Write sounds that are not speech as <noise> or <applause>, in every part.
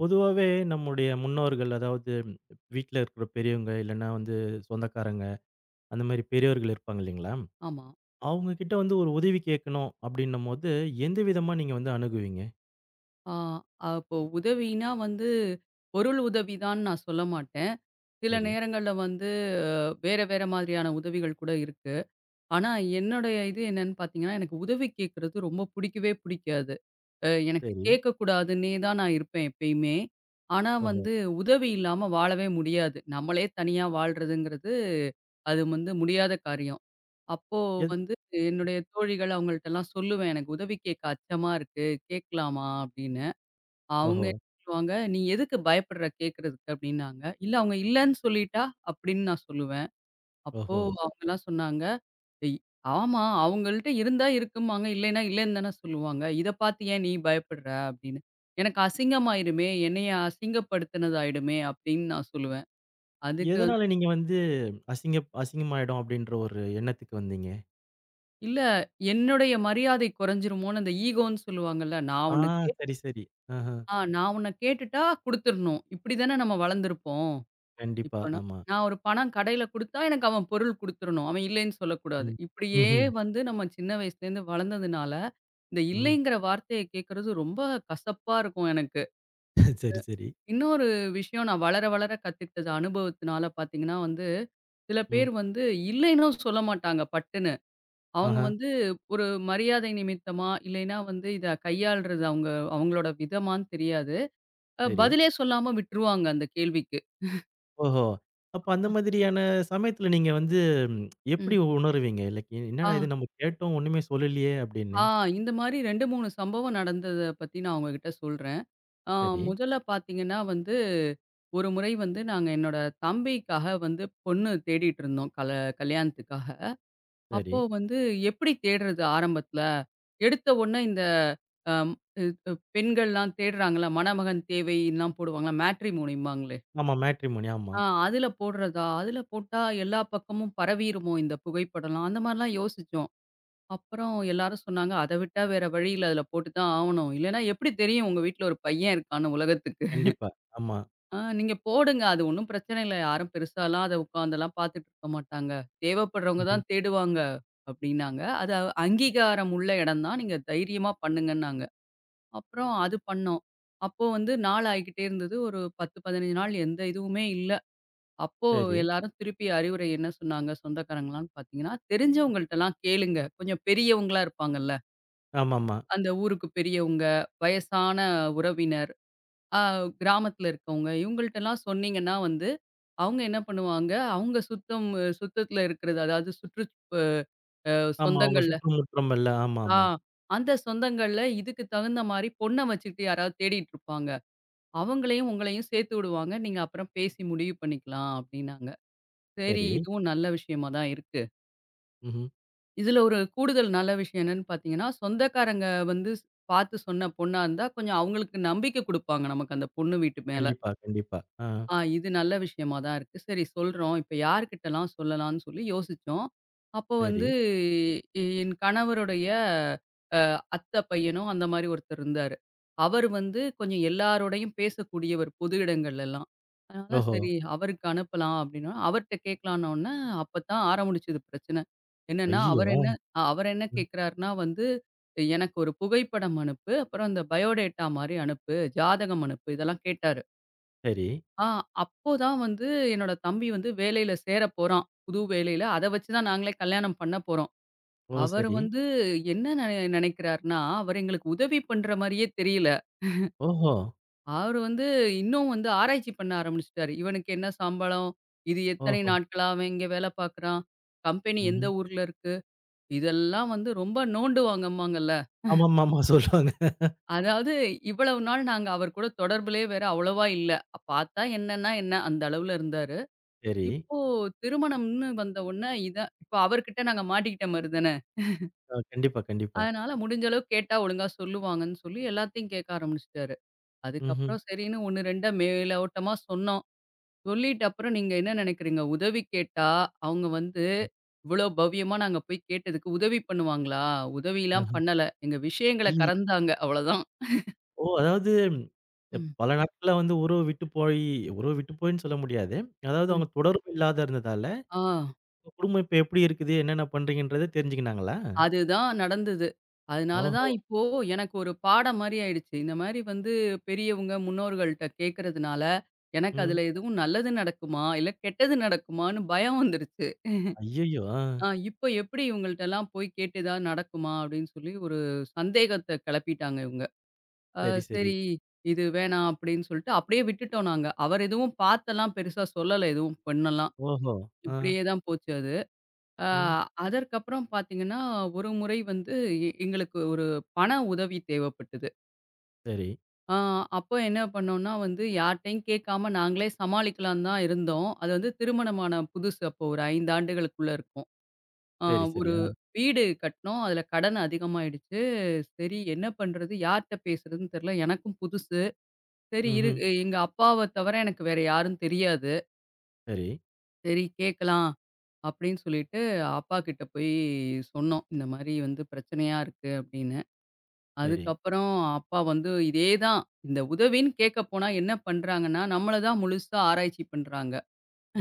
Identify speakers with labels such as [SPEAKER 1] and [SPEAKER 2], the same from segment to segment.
[SPEAKER 1] பொதுவாவே நம்முடைய முன்னோர்கள், அதாவது வீட்ல இருக்கிற பெரியவங்க, இல்லன்னா வந்து சொந்தக்காரங்க, அந்த மாரி பெரியவர்கள் இருப்பாங்க இல்லைங்களா?
[SPEAKER 2] ஆமா.
[SPEAKER 1] அவங்க கிட்ட வந்து ஒரு உதவி கேட்கணும் அப்படின்னும்போது, எந்த விதமா நீங்க வந்து அணுகுவீங்க?
[SPEAKER 2] ஆ அப்போ உதவின்னா வந்து, பொருள் உதவிதான்னு நான் சொல்ல மாட்டேன். சில
[SPEAKER 1] சரி,
[SPEAKER 2] நேரங்கள்ல வந்து வேற வேற மாதிரியான உதவிகள் கூட இருக்கு. ஆனா என்னுடைய இது என்னன்னு பார்த்தீங்கன்னா, எனக்கு உதவி கேட்கறது ரொம்ப புடிக்கவே புடிக்காது. எனக்கு
[SPEAKER 1] சரி.
[SPEAKER 2] கேட்கக்கூடாதுன்னே தான் நான் இருப்பேன் எப்பயுமே. ஆனா
[SPEAKER 1] ஓஹோ!
[SPEAKER 2] வந்து உதவி இல்லாம வாழவே முடியாது. நம்மளே தனியா வாழ்றதுங்கிறது, அது வந்து முடியாத காரியம். அப்போ
[SPEAKER 1] எத்
[SPEAKER 2] வந்து என்னுடைய தோழிகள் அவங்கள்ட்டலாம் சொல்லுவேன். எனக்கு உதவி கேட்க அச்சமா இருக்கு. கேட்கலாமா? அப்படின்னு. அவங்க
[SPEAKER 1] ஓஹோ!
[SPEAKER 2] என்ன சொல்லுவாங்க, "நீ எதுக்கு பயப்படுற கேட்கறதுக்கு?" அப்படின்னாங்க. "இல்ல அவங்க இல்லன்னு சொல்லிட்டா?" அப்படின்னு நான் சொல்லுவேன். அப்போ
[SPEAKER 1] ஓஹோ!
[SPEAKER 2] அவங்கலாம் சொன்னாங்க, "எய் ஆமா அவங்கள்ட்ட இருந்தா இருக்கும்பாங்க, இல்லைன்னா இல்லன்னு தானே சொல்லுவாங்க. இத பார்த்து ஏன் நீ பயப்படுற?" அப்படின்னு. "எனக்கு அசிங்கமாயிருமே, என்னைய அசிங்கப்படுத்தினதாயிடுமே" அப்படின்னு நான் சொல்லுவேன். அதுக்கு வந்து,
[SPEAKER 1] எதனால நீங்க வந்து அசிங்கமாயிடும் அப்படின்ற ஒரு எண்ணத்துக்கு வந்தீங்க?
[SPEAKER 2] "இல்ல என்னுடைய மரியாதை குறைஞ்சிருமோன்னு" அந்த ஈகோன்னு சொல்லுவாங்கல்ல,
[SPEAKER 1] ஆ சரி, சரி. ஆஹா.
[SPEAKER 2] நான் உன்ன கேட்டுட்டா குடுத்துறணும். இப்படி தானே நம்ம வளர்ந்துருப்போம்."
[SPEAKER 1] கண்டிப்பா.
[SPEAKER 2] இப்ப நான்
[SPEAKER 1] ஆமா.
[SPEAKER 2] நான் ஒரு பணம் கடையில குடுத்தா, எனக்கு அவன் பொருள் குடுத்துறணும். அவன் இல்லைன்னு சொல்லக்கூடாது.
[SPEAKER 1] ம்.
[SPEAKER 2] இப்படியே
[SPEAKER 1] ம்ஹ்ம்.
[SPEAKER 2] வந்து நம்ம சின்ன வயசுலேருந்து வளர்ந்ததுனால, இந்த
[SPEAKER 1] ம்.
[SPEAKER 2] இல்லைங்கிற வார்த்தைய கேட்கறது ரொம்ப கசப்பா இருக்கும் எனக்கு.
[SPEAKER 1] <laughs> சரி, சரி.
[SPEAKER 2] இன்னொரு விஷயம் நான் வளர வளர கத்துக்கிட்டது அனுபவத்தினால பார்த்தீங்கன்னா வந்து, சில
[SPEAKER 1] ம்.
[SPEAKER 2] பேர் வந்து இல்லைன்னும் சொல்ல மாட்டாங்க பட்டுன்னு. அவங்க
[SPEAKER 1] ஆஹா.
[SPEAKER 2] வந்து ஒரு மரியாதை நிமித்தமா, இல்லைன்னா வந்து இத கையாள்றது அவங்க அவங்களோட விதமான்னு தெரியாது.
[SPEAKER 1] சரி.
[SPEAKER 2] பதிலே சொல்லாம விட்டுருவாங்க அந்த கேள்விக்கு.
[SPEAKER 1] ஓஹோ! அப்ப அந்த மாதிரியான சமயத்துல நீங்க வந்து எப்படி
[SPEAKER 2] ம்.
[SPEAKER 1] உணருவீங்க? லைக்
[SPEAKER 2] ஆ.
[SPEAKER 1] என்னடா இது நம்ம கேட்டோம் ஒண்ணுமே சொல்லலையே அப்படின்னு.
[SPEAKER 2] ஆ இந்த மாரி 2, 3 சம்பவம் நடந்தத பத்தி நான் உங்ககிட்ட சொல்றேன். ஆ
[SPEAKER 1] சரி,
[SPEAKER 2] முதல்ல பார்த்தீங்கன்னா வந்து, ஒரு முறை வந்து நாங்க என்னோட தம்பிக்காக வந்து பொண்ணு தேடிட்டு இருந்தோம். கல்யாணத்துக்காக.
[SPEAKER 1] சரி.
[SPEAKER 2] அப்போ வந்து எப்படி தேடுறது ஆரம்பத்துல? எடுத்த உடனே இந்த அம் இ அ பெண்கள்லாம் தேடுறாங்கல்ல, மணமகன் தேவைலாம் போடுவாங்கல்ல, மேட்ரிமோனிம்பாங்களே.
[SPEAKER 1] ஆமா மேட்ரிமோனி ஆமா.
[SPEAKER 2] அதில போடுறதா? அதில போட்டா எல்லா பக்கமும் பரவிருமோ இந்த புகைப்படம்லாம்? அந்த மாரிலாம் யோசிச்சோம். அப்புறம் எல்லாரும் சொன்னாங்க, "அத விட்டா வேற வழி இல்ல. அதுல போட்டு தான் ஆவணும். இல்லன்னா எப்படி தெரியும் உங்க வீட்ல ஒரு பையன் இருக்கான்னு உலகத்துக்கு?
[SPEAKER 1] கண்டிப்பா. ஆமா.
[SPEAKER 2] ஆ நீங்க போடுங்க. அது ஒண்ணும் பிரச்சனை இல்ல. யாரும் பெருசாலாம் அத உட்கார்ந்தெல்லாம் பார்த்துட்டு இருக்க மாட்டாங்க. தேவைப்படுறவங்க
[SPEAKER 1] ம்ஹ்ம்.
[SPEAKER 2] தான் தேடுவாங்க." அப்படின்னாங்க. அது அங்கீகாரம் உள்ள இடம் தான். நீங்க தைரியமா பண்ணுங்கன்னாங்க. அப்புறம் அது பண்ணோம். அப்போ வந்து நாள் ஆயிக்கிட்டே இருந்தது. ஒரு 10, 15 நாள் எந்த இதுவுமே இல்ல. அப்போ
[SPEAKER 1] சரி.
[SPEAKER 2] எல்லாரும் திருப்பி அறிவுரை என்ன சொன்னாங்க சொந்தக்காரங்கலாம் பார்த்தீங்கன்னா, தெரிஞ்சவங்கள்ட்டலாம் கேளுங்க. கொஞ்சம் பெரியவங்களா இருப்பாங்கல்ல.
[SPEAKER 1] ஆமாமா.
[SPEAKER 2] அந்த ஊருக்கு பெரியவங்க, வயசான உறவினர், அ கிராமத்துல இருக்கவங்க இவங்கள்ட்டலாம் சொன்னீங்கன்னா வந்து, அவங்க என்ன பண்ணுவாங்க, அவங்க சுத்தத்துல இருக்கிறது அதாவது சுற்று அ
[SPEAKER 1] ஆமா அவங்க
[SPEAKER 2] சொந்தங்கள்ல
[SPEAKER 1] சுற்றுமுற்றம் இல்ல.
[SPEAKER 2] ஆ
[SPEAKER 1] ஆமாமா.
[SPEAKER 2] அந்த சொந்தங்கள்ல இதுக்கு தகுந்த மாரி பொண்ண வச்சுக்கிட்டு யாராவது தேடிட்டு இருப்பாங்க. அவங்களையும் உங்களையும் சேர்த்து விடுவாங்க. நீங்க அப்புறம் பேசி முடிவு பண்ணிக்கலாம் அப்டின்னாங்க. சரி,
[SPEAKER 1] சரி.
[SPEAKER 2] இதுவும் நல்ல விஷயமா தான் இருக்கு.
[SPEAKER 1] ம்ஹ்ம்.
[SPEAKER 2] இதுல ஒரு கூடுதல் நல்ல விஷயம் என்னன்னு பார்த்தீங்கன்னா, சொந்தக்காரங்க வந்து பார்த்து சொன்ன பொண்ணா இருந்தா, கொஞ்சம் அவங்களுக்கு நம்பிக்கை குடுப்பாங்க நமக்கு அந்த பொண்ணு வீட்டு மேல.
[SPEAKER 1] கண்டிப்பா, கண்டிப்பா. ஆ.
[SPEAKER 2] இது நல்ல விஷயமா தான் இருக்கு. சரி சொல்றோம். இப்ப யார்கிட்டலாம் சொல்லலாம்ன்னு சொல்லி யோசிச்சோம். அப்போ
[SPEAKER 1] சரி.
[SPEAKER 2] வந்து என் கணவருடைய அ அத்தை பையனோ அந்த மாரி ஒருத்தர் இருந்தாரு. அவர் வந்து கொஞ்சம் எல்லாரோடையும் பேசக்கூடியவர் பொது இடங்கள்லலாம். அதனால
[SPEAKER 1] ஓஹோ!
[SPEAKER 2] சரி அவருக்கு அனுப்பலாம் அப்படின்னா, அவர்ட்ட கேட்கலாம்ன்ன உடனே அப்பத்தான் ஆரம்பிச்சது பிரச்சனை. என்னன்னா அவர்
[SPEAKER 1] ஐயய்யோ!
[SPEAKER 2] என்ன அ, அவர் என்ன
[SPEAKER 1] ம்.
[SPEAKER 2] கேட்கிறாருன்னா வந்து, எனக்கு ஒரு புகைப்படம் அனுப்பு, அப்புறம் இந்த பயோடேட்டா மாரி அனுப்பு, ஜாதகம் அனுப்பு இதெல்லாம் கேட்டாரு.
[SPEAKER 1] சரி.
[SPEAKER 2] ஆ அப்போதான் வந்து என்னோட தம்பி வந்து வேலையில சேர போறான். புது வேலையில. அத வச்சு தான் நாங்களே கல்யாணம் பண்ண போறோம்.
[SPEAKER 1] ஓ!
[SPEAKER 2] அவரு
[SPEAKER 1] சரி.
[SPEAKER 2] வந்து என்ன நெனைக்கிறாருன்னா, அவர் எங்களுக்கு உதவி பண்ற மாரியே தெரியல.
[SPEAKER 1] ஓஹோ!
[SPEAKER 2] அவரு வந்து இன்னும் வந்து ஆராய்ச்சி பண்ண ஆரம்பிச்சுட்டாரு. இவனுக்கு என்ன சம்பளம்? இது எத்தனை
[SPEAKER 1] ஓஹோ!
[SPEAKER 2] நாட்களா அவன் இங்க வேல பார்க்குறான்? கம்பெனி எந்த
[SPEAKER 1] ம்ஹ்ம்.
[SPEAKER 2] ஊர்ல இருக்கு? இதெல்லாம் வந்து ரொம்ப நோண்டுவாங்கம்பாங்கல்ல.
[SPEAKER 1] ஆமாமாமா சொல்லுவாங்க.
[SPEAKER 2] அதாவது இவ்வளவு நாள் நாங்க அவர் கூட தொடர்புலயே வேற அவ்வளவா இல்ல. பார்த்தா என்னன்னா என்ன அந்த அளவுல இருந்தாரு.
[SPEAKER 1] சரி.
[SPEAKER 2] இப்போ திருமணம்ன்னு வந்த உடனே இதான் இப்போ அவர்கிட்ட நாங்க மாட்டிக்கிட்ட மாரி தானே.
[SPEAKER 1] கண்டிப்பா, கண்டிப்பா.
[SPEAKER 2] அதனால முடிஞ்ச அளவு கேட்டா ஒழுங்கா சொல்லுவாங்கன்னு சொல்லி எல்லாத்தையும் கேட்க ஆரம்பிச்சுட்டாரு.
[SPEAKER 1] ம்ஹ்ம்.
[SPEAKER 2] அதுக்கப்புறம் சரின்னு 1, 2 மேலோட்டமா சொன்னோம். சொல்லிட்ட அப்புறம் நீங்க என்ன நினைக்கிறீங்க? உதவி கேட்டா அவங்க வந்து இவ்வளோ பவ்யமா நாங்க போய் கேட்டதுக்கு உதவி பண்ணுவாங்களா? உதவிலாம்
[SPEAKER 1] ஆஹ.
[SPEAKER 2] பண்ணல. எங்க விஷயங்கள
[SPEAKER 1] ஐய்யய்யோ!
[SPEAKER 2] கறந்தாங்க அவ்வளோதான்.
[SPEAKER 1] ஓ! அதாவது
[SPEAKER 2] ம்.
[SPEAKER 1] பல நாட்களா வந்து உறவு விட்டு போயி உறவு விட்டு போயின்னு சொல்ல முடியாது. அதாவது
[SPEAKER 2] ம்.
[SPEAKER 1] அவங்க தொடர்பு இல்லாத இருந்ததால,
[SPEAKER 2] ஆ.
[SPEAKER 1] உங்க குடும்பம் இப்ப எப்படி இருக்குது? என்னென்ன பண்றீங்கன்றத தெரிஞ்சுக்கினாங்களா?
[SPEAKER 2] அதுதான் நடந்தது. அதனால
[SPEAKER 1] ஓஹோ!
[SPEAKER 2] தான் இப்போ எனக்கு ஒரு பாடம் மாரி ஆயிடுச்சு. இந்த மாரி வந்து பெரியவங்க, முன்னோர்கள்ட்ட கேட்கறதுனால, எனக்கு
[SPEAKER 1] ம்.
[SPEAKER 2] அதுல எதுவும் நல்லது நடக்குமா? இல்ல கெட்டது நடக்குமான்னு பயம் வந்துருச்சு.
[SPEAKER 1] ஐயய்யோ! ஆ.
[SPEAKER 2] இப்ப எப்படி இவங்கள்ட்டலாம் போய் கேட்டு ஏதாவது நடக்குமா? அப்படின்னு சொல்லி ஒரு சந்தேகத்த கிளப்பிட்டாங்க இவங்க. அ
[SPEAKER 1] சரி, சரி.
[SPEAKER 2] சரி இது வேணாம் அப்படின்னு சொல்லிட்டு அப்படியே விட்டுட்டோம் நாங்க. அவர் எதுவும் பார்த்தெல்லாம் பெருசா சொல்லல எதுவும் பொண்ணெல்லாம்.
[SPEAKER 1] ஓஹோ! ஆ.
[SPEAKER 2] இப்படியே தான் போச்சு அது. ஆ,
[SPEAKER 1] ம்.
[SPEAKER 2] அதற்கப்புறம் பார்த்தீங்கன்னா, ஒரு முறை வந்து எங்களுக்கு ஒரு பண உதவி தேவைப்பட்டது.
[SPEAKER 1] சரி.
[SPEAKER 2] ஆ அப்போ என்ன பண்ணோம்னா வந்து யார்ட்டயும் கேட்காம நாங்களே சமாளிக்கலான்னு தான் இருந்தோம். அது வந்து திருமணமான புதுசு அப்போ ஒரு 5 ஆண்டுகளுக்குள்ள இருக்கும். ஆ
[SPEAKER 1] சரி, சரி.
[SPEAKER 2] ஒரு
[SPEAKER 1] ஆ.
[SPEAKER 2] வீடு கட்டினோம். அதில கடன் அதிகமாயிடுச்சு. சரி என்ன பண்றது? யார்ட்ட பேசுறதுன்னு தெரியல. எனக்கும் புதுசு. சரி இரு
[SPEAKER 1] ம்ஹ்ம்.
[SPEAKER 2] எங்க அப்பாவ தவிர எனக்கு வேற யாரும் தெரியாது.
[SPEAKER 1] சரி,
[SPEAKER 2] சரி கேட்கலாம். அப்படின்னு சொல்லிட்டு அப்பா கிட்ட போய் சொன்னோம். இந்த மாரி வந்து பிரச்சனையா இருக்கு அப்படின்னு.
[SPEAKER 1] சரி.
[SPEAKER 2] அதுக்கப்புறம் அப்பா வந்து இதே தான் இந்த உதவின்னு கேட்க போனா என்ன பண்றாங்கன்னா, நம்மள தான் முழுசா ஆராய்ச்சி பண்றாங்க.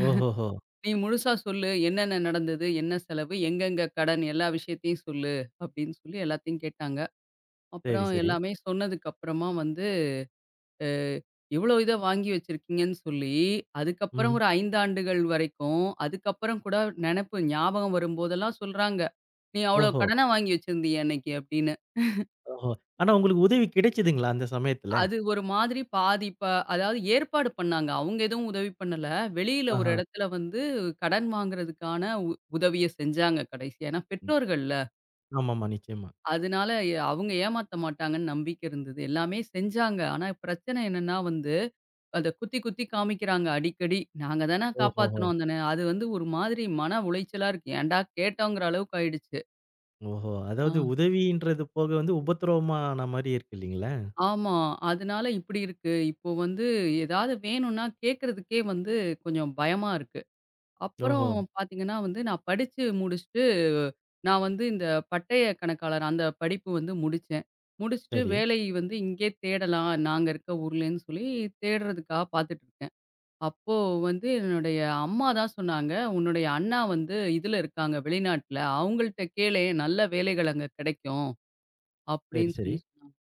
[SPEAKER 1] ஓஹோஹோ!
[SPEAKER 2] "நீ முழுசா சொல்லு. என்னென்ன நடந்தது? என்ன செலவு? எங்கெங்க கடன்? எல்லா விஷயத்தையும் சொல்லு." அப்படின்னு சொல்லி எல்லாத்தையும் கேட்டாங்க.
[SPEAKER 1] சரி,
[SPEAKER 2] அப்புறம்
[SPEAKER 1] சரி.
[SPEAKER 2] எல்லாமே சொன்னதுக்கு அப்புறமா வந்து அ இவ்வளோ இத வாங்கி வச்சிருக்கீங்கன்னு சொல்லி, அதுக்கப்புறம்
[SPEAKER 1] ம்.
[SPEAKER 2] ஒரு 5 ஆண்டுகள் வரைக்கும், அதுக்கப்புறம் கூட நெனப்பு ஞாபகம் வரும்போதெல்லாம் சொல்றாங்க. "நீ அவ்வளோ
[SPEAKER 1] ஓஹோ!
[SPEAKER 2] கடனா வாங்கி வச்சிருந்தியே அன்னைக்கு" அப்படின்னு.
[SPEAKER 1] ஓஹோ! ஆனா உங்களுக்கு உதவி கிடைச்சதுங்களா அந்த சமயத்துல?
[SPEAKER 2] அது ஒரு மாதிரி பாதி ப அதாவது ஏற்பாடு பண்ணாங்க. அவங்க எதுவும் உதவி பண்ணல. வெளியில ஒரு
[SPEAKER 1] ஆஹா.
[SPEAKER 2] இடத்துல வந்து கடன் வாங்குறதுக்கான உ உதவிய செஞ்சாங்க கடைசியா. ஏன்னா
[SPEAKER 1] ம்.
[SPEAKER 2] பெற்றோர்கள்ல.
[SPEAKER 1] ஆமாமா. நிச்சயமா.
[SPEAKER 2] அதனால அவங்க ஏமாத்த மாட்டாங்கன்னு நம்பிக்கை இருந்தது. எல்லாமே செஞ்சாங்க. ஆனா பிரச்சனை என்னன்னா வந்து அத குத்தி, குத்தி காமிக்கிறாங்க அடிக்கடி. நாங்க தான
[SPEAKER 1] ஓஹோஹோ!
[SPEAKER 2] காப்பாத்துனோம் அந்த நே அது வந்து ஒரு மாதிரி மன உளைச்சலா இருக்கு. ஏன்டா கேட்டோங்கிற அளவுக்கு ஆயிடுச்சு.
[SPEAKER 1] ஓஹோ!
[SPEAKER 2] ஆ.
[SPEAKER 1] அதாவது உதவின்றது போக வந்து உபத்திரவமான மாரி இருக்கு இல்லீங்களா?
[SPEAKER 2] ஆமா. அதனால இப்படி இருக்கு. இப்போ வந்து ஏதாவது வேணும்னா கேட்கறதுக்கே வந்து கொஞ்சம் பயமா இருக்கு. அப்புறம்
[SPEAKER 1] ஓஹோ!
[SPEAKER 2] பார்த்தீங்கன்னா வந்து நான் படிச்சு முடிச்சுட்டு, நான் வந்து இந்த பட்டய கணக்காளர் அந்த படிப்பு வந்து முடிச்சேன். முடிச்சுட்டு
[SPEAKER 1] சரி,
[SPEAKER 2] வேலை வந்து இங்கேயே தேடலாம். நாங்க இருக்க ஊர்லன்னு சொல்லி தேடுறதுக்காக பார்த்துட்டு இருக்கேன். அப்போ வந்து என்னுடைய அம்மா தான் சொன்னாங்க, "உன்னுடைய அண்ணா வந்து இதுல இருக்காங்க வெளிநாட்ல. அவங்கள்ட்ட கேளேன். நல்ல வேலைகள் அங்க கிடைக்கும்."
[SPEAKER 1] சரி,
[SPEAKER 2] அப்படின்னு
[SPEAKER 1] சரி.
[SPEAKER 2] சொல்லி சொன்னாங்க.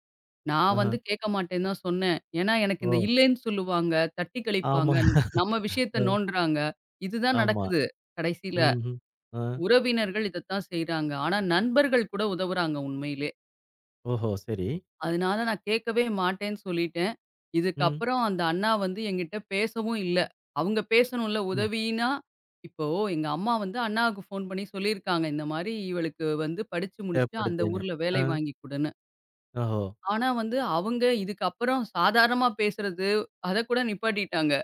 [SPEAKER 2] நான்
[SPEAKER 1] ஆஹா.
[SPEAKER 2] வந்து கேட்க மாட்டேன்னு தான் சொன்னேன். ஏன்னா, எனக்கு இந்த
[SPEAKER 1] ஓ!
[SPEAKER 2] இல்லேன்னு சொல்லுவாங்க, தட்டி கழிப்பாங்க,
[SPEAKER 1] ஆமா.
[SPEAKER 2] நம்ம விஷயத்த
[SPEAKER 1] அ
[SPEAKER 2] நோண்டுறாங்க. இதுதான்
[SPEAKER 1] ஆமா.
[SPEAKER 2] நடக்குது கடைசியில.
[SPEAKER 1] ம்ஹ்ம். ஆ.
[SPEAKER 2] உறவினர்கள் இதத்தான் செய்றாங்க. ஆனா நண்பர்கள் கூட உதவுறாங்க உண்மையிலே.
[SPEAKER 1] ஓஹோ! சரி.
[SPEAKER 2] அதனால நான் கேட்கவே மாட்டேன்னு சொல்லிட்டேன்.
[SPEAKER 1] ம்.
[SPEAKER 2] இதுக்கப்புறம் அந்த அண்ணா வந்து என்கிட்ட பேசவும் இல்ல. அவங்க பேசணும்ல
[SPEAKER 1] ஓ!
[SPEAKER 2] உதவின்னா, இப்போ எங்க அம்மா வந்து அண்ணாவுக்கு ஃபோன் பண்ணி சொல்லியிருக்காங்க. இந்த மாரி இவளுக்கு வந்து படிச்சு முடிச்சுட்டு அந்த
[SPEAKER 1] தேவைப்படுதுன்னு.
[SPEAKER 2] ஊர்ல
[SPEAKER 1] ஆ.
[SPEAKER 2] வேலை வாங்கி குடுன்னு.
[SPEAKER 1] ஓஹோ!
[SPEAKER 2] ஆனா வந்து அவங்க இதுக்கப்புறம் சாதாரணமா பேசுறது, அதக் கூட நிப்பாட்டிட்டாங்க.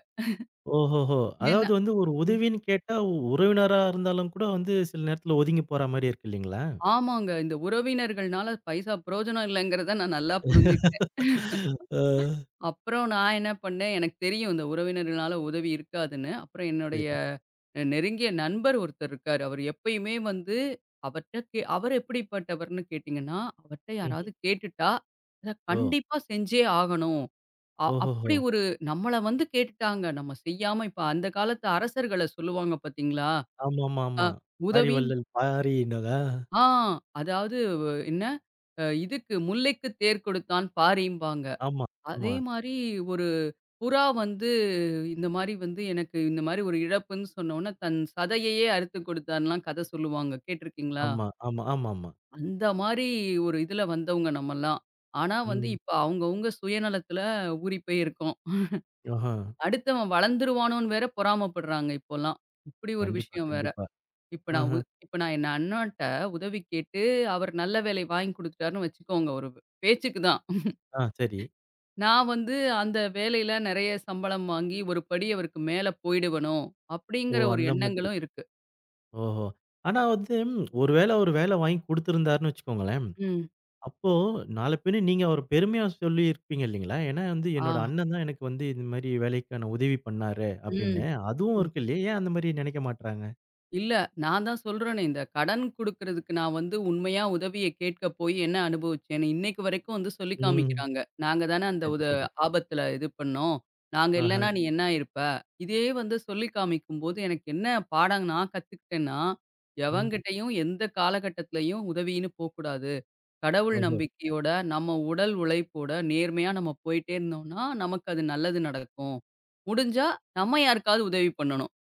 [SPEAKER 1] ஓஹோஹோ!
[SPEAKER 2] ஏன்னா
[SPEAKER 1] அதாவது வந்து ஒரு
[SPEAKER 2] ம்.
[SPEAKER 1] உதவின்னு கேட்டா, உறவினரா இருந்தாலும் கூட வந்து சில நேரத்துல ஒதுங்கி போற மாரி இருக்கு இல்லீங்களா?
[SPEAKER 2] ஆமாங்க. இந்த உறவினர்கள்னால பைசா பிரயோஜனம் இல்லங்கிறத நான் நல்லா புரிஞ்சுக்கிட்டேன்.
[SPEAKER 1] ஆ.
[SPEAKER 2] அப்புறம் நான் என்ன பண்ணேன், எனக்குத் தெரியும் இந்த உறவினர்கள்னால உதவி இருக்காதுன்னு. அப்புறம் என்னுடைய
[SPEAKER 1] சரி.
[SPEAKER 2] நெருங்கிய நண்பர் ஒருத்தர் இருக்காரு. அவரு எப்பயுமே வந்து அவர்ட்ட கே அவரு எப்படிப்பட்டவர்ன்னு கேட்டீங்கன்னா, அவர்ட்ட
[SPEAKER 1] ம்ஹ்ம்.
[SPEAKER 2] யாராவது கேட்டுட்டா, அத
[SPEAKER 1] ஓ!
[SPEAKER 2] கண்டிப்பா செஞ்சே ஆகணும்.
[SPEAKER 1] ஓஹோஹோ!
[SPEAKER 2] அப்படி ஒரு நம்மள வந்து கேட்டுட்டாங்க. நம்ம செய்யாம இப்ப அந்த காலத்து அரசர்கள சொல்லுவாங்க பார்த்தீங்களா? அ
[SPEAKER 1] ஆமாமாமா. வாரி
[SPEAKER 2] உதவின்னு
[SPEAKER 1] வள்ளல் பாரி என்னதா?
[SPEAKER 2] ஆ அதாவது என்ன? இதுக்கு "முல்லைக்கு தேர் கொடுத்தான் பாரிம்பாங்க."
[SPEAKER 1] ஆமா,
[SPEAKER 2] அதே
[SPEAKER 1] ஆமா,
[SPEAKER 2] மாரி ஒரு புறா வந்து இந்த மாரி வந்து எனக்கு இந்த மாரி ஒரு இழப்புன்னு சொன்னோனே, தன் சதையையே அறுத்து கொடுத்தான்லாம் கத சொல்லுவாங்க. கேட்டுருக்கீங்களா?
[SPEAKER 1] ஆமா, ஆமா, ஆமாமா.
[SPEAKER 2] அந்த மாரி ஒரு இதுல வந்தவங்க நம்மலாம். ஆனா வந்து
[SPEAKER 1] ம்.
[SPEAKER 2] இப்ப அவங்கவங்க சுயநலத்துல ஊறி போய் இருக்கோம்.
[SPEAKER 1] ஆஹா.
[SPEAKER 2] அடுத்தவன் வளர்ந்துருவானோன்னு வேற பொறாமப்படுறாங்க இப்போலாம். இப்படி ஒரு
[SPEAKER 1] கண்டிப்பா,
[SPEAKER 2] விஷயம் வேற.
[SPEAKER 1] கண்டிப்பா.
[SPEAKER 2] இப்ப நான்
[SPEAKER 1] ஆஹ.
[SPEAKER 2] உ இப்ப நான் என் அண்ணன்ட்ட உதவி கேட்டு, அவர் நல்ல வேலை வாங்கி குடுத்துட்டாருன்னு வச்சுக்கோங்க, ஒரு பேச்சுக்கு தான்.
[SPEAKER 1] ஆ சரி.
[SPEAKER 2] நான் வந்து அந்த வேலையில நெறைய சம்பளம் வாங்கி, ஒரு படி அவருக்கு மேல போயிடுவனோ!
[SPEAKER 1] ஓ!
[SPEAKER 2] அப்பிடிங்கிற ஒரு
[SPEAKER 1] அந்த மாதிரி.
[SPEAKER 2] எண்ணங்களும் இருக்கு.
[SPEAKER 1] ஓஹோ! ஆனா வந்து ஒருவேள அவரு வேலை வாங்கி குடுத்திருந்தாருன்னு வச்சுக்கோங்களேன்,
[SPEAKER 2] ம்.
[SPEAKER 1] அப்போ நாள பின்ன நீங்க அவர பெருமையா சொல்லியிருப்பீங்க இல்லீங்களா? ஏன்னா வந்து
[SPEAKER 2] ஆ,
[SPEAKER 1] என்னோட அண்ணன் தான் எனக்கு வந்து இந்த மாரி வேலைக்கான உதவி பண்ணாரு
[SPEAKER 2] ம்,
[SPEAKER 1] அப்படின்னு. அதுவும்
[SPEAKER 2] ம்.
[SPEAKER 1] இருக்கு இல்லையா? ஏன் அந்த மாரி நினைக்க மாட்றாங்க?
[SPEAKER 2] இல்ல நான் தான் சொல்றேனே! இந்த கடன் குடுக்கிறதுக்கு நான் வந்து உண்மையா உதவிய கேட்க போய் என்ன அனுபவிச்சேன்னு, இன்னைக்கு வரைக்கும் வந்து சொல்லி
[SPEAKER 1] ம்.
[SPEAKER 2] காமிக்கிறாங்க. நாங்க தானே அந்த
[SPEAKER 1] சரி,
[SPEAKER 2] உத
[SPEAKER 1] சரி.
[SPEAKER 2] ஆபத்துல இது பண்ணோம். நாங்க
[SPEAKER 1] ஆஹ.
[SPEAKER 2] இல்லன்னா நீ என்ன ஆயிருப்ப? இதே வந்து சொல்லி காமிக்கும்போது எனக்கு என்ன பாடம் நான் கத்துக்கிட்டேன்னா,
[SPEAKER 1] ம்.
[SPEAKER 2] எவன்கிட்டயும் எந்த காலகட்டத்திலயும் உதவின்னு போக்கூடாது. கடவுள்
[SPEAKER 1] ஓஹோ!
[SPEAKER 2] நம்பிக்கையோட, நம்ம உடல் உழைப்போட நேர்மையா நம்ம போயிட்டே இருந்தோம்னா, நமக்கு அது நல்லது நடக்கும். முடிஞ்சா நம்ம யாருக்காவது உதவி பண்ணணும்.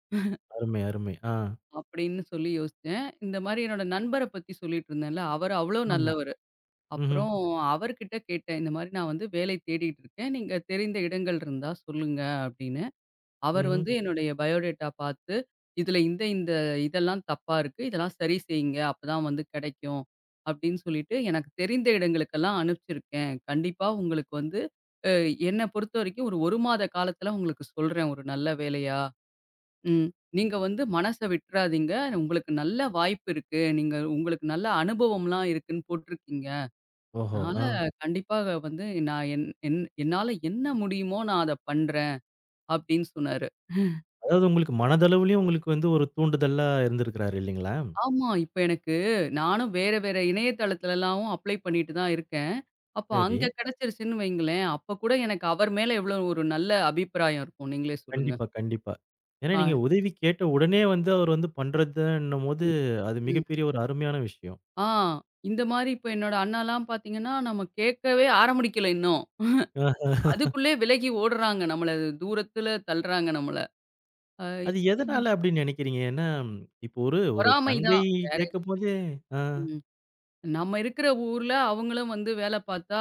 [SPEAKER 1] அருமை, அருமை. ஆ.
[SPEAKER 2] அப்படின்னு சொல்லி யோசிச்சேன். இந்த மாரி என்னோட நண்பர பத்தி சொல்லிட்டு இருந்தேன்ல, அவரு அவ்ளோ
[SPEAKER 1] ஆமா.
[SPEAKER 2] நல்லவரு.
[SPEAKER 1] ம்ஹ்ம்.
[SPEAKER 2] அப்புறம் அவர்கிட்ட கேட்டேன். இந்த மாரி நான் வந்து வேலை தேடிட்டு இருக்கேன். நீங்க தெரிந்த இடங்கள் இருந்தா சொல்லுங்க அப்படின்னு. அவர்
[SPEAKER 1] ம்ஹ்ம்.
[SPEAKER 2] வந்து என்னுடைய பயோடேட்டா பார்த்து, "இதுல இந்த இந்த இதெல்லாம் தப்பா இருக்கு. இதெல்லாம் சரி செய்யுங்க. அப்பதான் வந்து கிடைக்கும்." அப்படின்னு சொல்லிட்டு எனக்கு தெரிந்த இடங்களுக்கெல்லாம் அனுப்பிச்சிருக்கேன். கண்டிப்பா உங்களுக்கு வந்து அ என்ன பொறுத்தவரைக்கும் ஒரு 1 மாத காலத்துல உங்களுக்கு சொல்றேன் ஒரு நல்ல வேலையா. ம். நீங்க வந்து மனச விட்டுறாதீங்க. உங்களுக்கு நல்ல வாய்ப்பு இருக்கு. நீங்க உங்களுக்கு நல்ல அனுபவம்லாம் இருக்குன்னு போட்டிருக்கீங்க.
[SPEAKER 1] ஓஹோ!
[SPEAKER 2] அதனால
[SPEAKER 1] ஆ.
[SPEAKER 2] கண்டிப்பா வந்து நான் என் என் என்னால என்ன முடியுமோ நான் அத பண்றேன்." அப்படின்னு சொன்னாரு.
[SPEAKER 1] அதாவது உங்களுக்கு மனதளவுலயும் உங்களுக்கு வந்து ஒரு தூண்டுதலா இருந்திருக்கிறாரு இல்லீங்களா?
[SPEAKER 2] ஆமா. இப்ப எனக்கு நானும் வேற வேற இணையதளத்துலலாம் அப்ளை பண்ணிட்டு தான் இருக்கேன். அப்போ
[SPEAKER 1] சரி.
[SPEAKER 2] அங்க கிடைச்சிருச்சுன்னு வைங்களேன், அப்ப கூட எனக்கு அவர் மேல எவ்ளோ ஒரு நல்ல அபிப்பிராயம் இருக்கும். நீங்களே சொல்லுங்க.
[SPEAKER 1] கண்டிப்பா, கண்டிப்பா. ஏன்னா
[SPEAKER 2] ஆ.
[SPEAKER 1] நீங்க உதவி கேட்ட உடனே வந்து அவர் வந்து பண்றதுன்னும்போது,
[SPEAKER 2] ம்,
[SPEAKER 1] அது
[SPEAKER 2] ம்.
[SPEAKER 1] மிகப்பெரிய ஒரு அருமையான விஷயம்.
[SPEAKER 2] ஆ இந்த மாரி இப்ப என்னோட அண்ணாலாம் பார்த்தீங்கன்னா, நம்ம கேட்கவே ஆரம்பிக்கல இன்னும்.
[SPEAKER 1] அ
[SPEAKER 2] அதுக்குள்ளே விலகி ஓடுறாங்க. நம்மள தூரத்துல தள்றாங்க நம்மள. அ
[SPEAKER 1] அது
[SPEAKER 2] இப்டி
[SPEAKER 1] எதனால அப்படின்னு நினைக்கிறீங்க? ஏன்னா, இப்போ ஒரு ஒரு
[SPEAKER 2] பொறாமை
[SPEAKER 1] தங்கை
[SPEAKER 2] தான். வேற
[SPEAKER 1] கேட்கும்போதே ஆ,
[SPEAKER 2] எதுவும் நம்ம இருக்கிற ஊர்ல அவங்களும் வந்து வேலை பார்த்தா,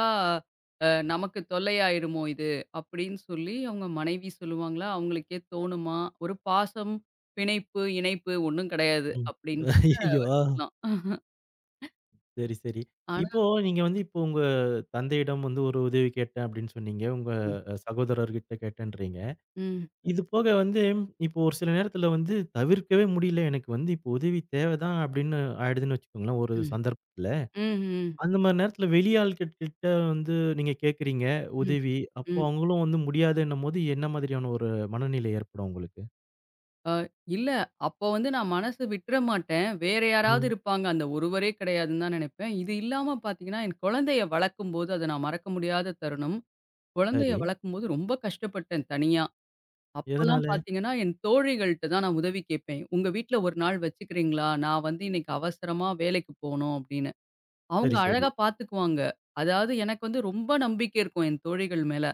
[SPEAKER 2] நமக்கு தொல்லையாயிடுமோ இது, அப்படின்னு சொல்லி அவங்க மனைவி சொல்லுவாங்களா, அவங்களுக்கே தோணுமா? ஒரு பாசம், பிணைப்பு, இணைப்பு ஒண்ணும் கிடையாது
[SPEAKER 1] ம்.
[SPEAKER 2] அப்படின்னு
[SPEAKER 1] ஐயய்யோ! ஆ,
[SPEAKER 2] சொல்லலாம்.
[SPEAKER 1] சரி, சரி.
[SPEAKER 2] ஆனா
[SPEAKER 1] இப்போ நீங்க வந்து இப்போ உங்க தந்தையிடம் வந்து ஒரு உதவி கேட்டேன் அப்படின்னு சொன்னீங்க. உங்க
[SPEAKER 2] ம்,
[SPEAKER 1] சகோதரர்கிட்ட கேட்டேன்றீங்க.
[SPEAKER 2] ம்,
[SPEAKER 1] இது போக வந்து, இப்போ ஒரு சில நேரத்தில வந்து தவிர்க்கவே முடியல. எனக்கு வந்து இப்போ உதவி தேவைதான் அப்படின்னு ஆயிடுதுன்னு வச்சுக்கோங்களேன், ஒரு
[SPEAKER 2] ம்,
[SPEAKER 1] சந்தர்ப்பத்தில.
[SPEAKER 2] ம்,
[SPEAKER 1] அந்த மாரி நேரத்துல வெளி ஆள்கள் கிட்ட வந்து நீங்க கேட்கிறீங்க
[SPEAKER 2] ம்,
[SPEAKER 1] உதவி. அப்போ
[SPEAKER 2] ம்.
[SPEAKER 1] அவங்களும் வந்து முடியாதுன்னும்போது, என்ன மாதிரியான ஒரு மனநிலை ஏற்படும் உங்களுக்கு?
[SPEAKER 2] அ இல்ல, அப்போ வந்து நான் மனசு விட்டுற மாட்டேன். வேற யாராவது
[SPEAKER 1] ம்.
[SPEAKER 2] இருப்பாங்க. அந்த ஒருவரே கிடையாதுன்னு தான் நினைப்பேன். இது இல்லாம பார்த்தீங்கன்னா, என் குழந்தைய வளர்க்கும்போது, அது நான் மறக்க முடியாத தருணம். குழந்தைய
[SPEAKER 1] சரி.
[SPEAKER 2] வளர்க்கும்போது ரொம்ப கஷ்டப்பட்டேன் தனியா. அப்பலாம்
[SPEAKER 1] எதனால?
[SPEAKER 2] பார்த்தீங்கன்னா, என் தோழிகள்ட்ட தான் நான் உதவி கேட்பேன். "உங்க வீட்ல ஒரு நாள் வச்சுக்கிறீங்களா? நான் வந்து இன்னைக்கு அவசரமா வேலைக்கு போணும்" அப்படின்னு. அவங்க
[SPEAKER 1] சரி, சரி.
[SPEAKER 2] அழகா பார்த்துக்குவாங்க. அதாவது எனக்கு வந்து ரொம்ப நம்பிக்கை இருக்கும் என் தோழிகள் மேல.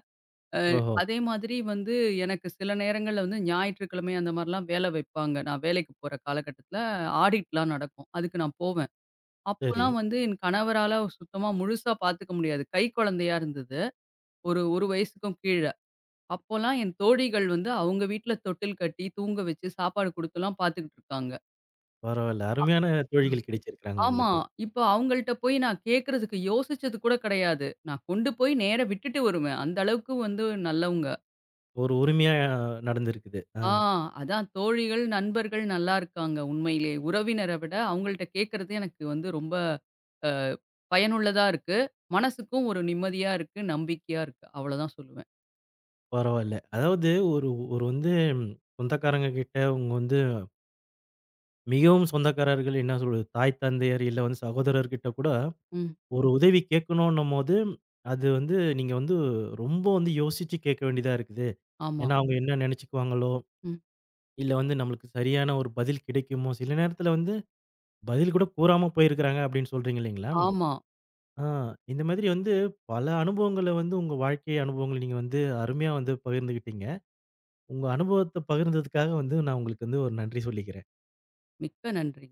[SPEAKER 2] அ
[SPEAKER 1] ஓஹோ!
[SPEAKER 2] அதே மாதிரி வந்து எனக்கு சில நேரங்கள்ல வந்து ஞாயிற்றுக்கிழமை அந்த மாரிலாம் வேல வைப்பாங்க. நான் வேலைக்கு போற காலகட்டத்தில ஆடிட்லாம் நடக்கும். அதுக்கு நான் போவேன்.
[SPEAKER 1] சரி.
[SPEAKER 2] அப்போலாம் வந்து என் கணவரால சுத்தமா முழுசா பார்த்துக்க முடியாது. கை குழந்தையா இருந்தது. ஒரு 1 வயசுக்கும் கீழ. அப்போலாம் என் தோழிகள் வந்து அவங்க வீட்ல தொட்டில் கட்டி, தூங்க வச்சு, சாப்பாடு குடுத்துலாம் பாத்துக்கிட்டு இருக்காங்க.
[SPEAKER 1] பரவால்ல. அருமையான தோழிகள் கிடைச்சிருக்கிறாங்க
[SPEAKER 2] ஆமா,
[SPEAKER 1] உங்களுக்கு.
[SPEAKER 2] ம். இப்ப அவங்கள்ட்ட போய் நான் கேட்கறதுக்கு யோசிச்சது கூட கிடையாது. நான் கொண்டு போய் நேரா விட்டுட்டு வருவேன். அந்த அளவுக்கு வந்து நல்லவங்க.
[SPEAKER 1] ஒரு உரிமையா நடந்திருக்குது. ஆ
[SPEAKER 2] ஆ அதான் தோழிகள், நண்பர்கள் நல்லா இருக்காங்க உண்மையிலேயே. உறவினர விட அவங்கள்ட்ட கேட்கறது எனக்கு வந்து ரொம்ப அ பயனுள்ளதா இருக்கு. மனசுக்கும் ஒரு நிம்மதியா இருக்கு, நம்பிக்கையா இருக்கு. அவ்வளோதான் சொல்லுவேன்.
[SPEAKER 1] பரவால்ல. அதாவது ஒரு ஒரு வந்து சொந்தக்காரங்க கிட்ட, உங்க வந்து மிகவும் சொந்தக்காரர்கள் என்ன சொல்றது, தாய், தந்தையர் இல்ல வந்து சகோதரர்கிட்ட கூட
[SPEAKER 2] ம்.
[SPEAKER 1] ஒரு உதவி கேட்கணும்ன்னும்போது, அது வந்து நீங்க வந்து ரொம்ப வந்து யோசிச்சு கேட்க வேண்டியதா இருக்குது.
[SPEAKER 2] ஆமா.
[SPEAKER 1] ஏன்னா, அவங்க ம். என்ன நெனச்சுக்குவாங்களோ?
[SPEAKER 2] ம்.
[SPEAKER 1] இல்ல வந்து நம்மளுக்கு சரியான ஒரு பதில் கிடைக்குமோ? சில நேரத்தில வந்து பதில் கூட கூறாம போயிருக்கிறாங்க அப்படின்னு சொல்றீங்க இல்லைங்களா?
[SPEAKER 2] ஆமா.
[SPEAKER 1] ஆ இந்த மாதிரி வந்து பல அனுபவங்கள வந்து உங்க வாழ்க்கை அனுபவங்கள நீங்க வந்து அருமையா வந்து பகிர்ந்துக்கிட்டீங்க. உங்க அனுபவத்த பகிர்ந்ததுக்காக வந்து நான் உங்களுக்கு வந்து ஒரு நன்றி சொல்லிக்கிறேன்.
[SPEAKER 2] மிக்க நன்றி.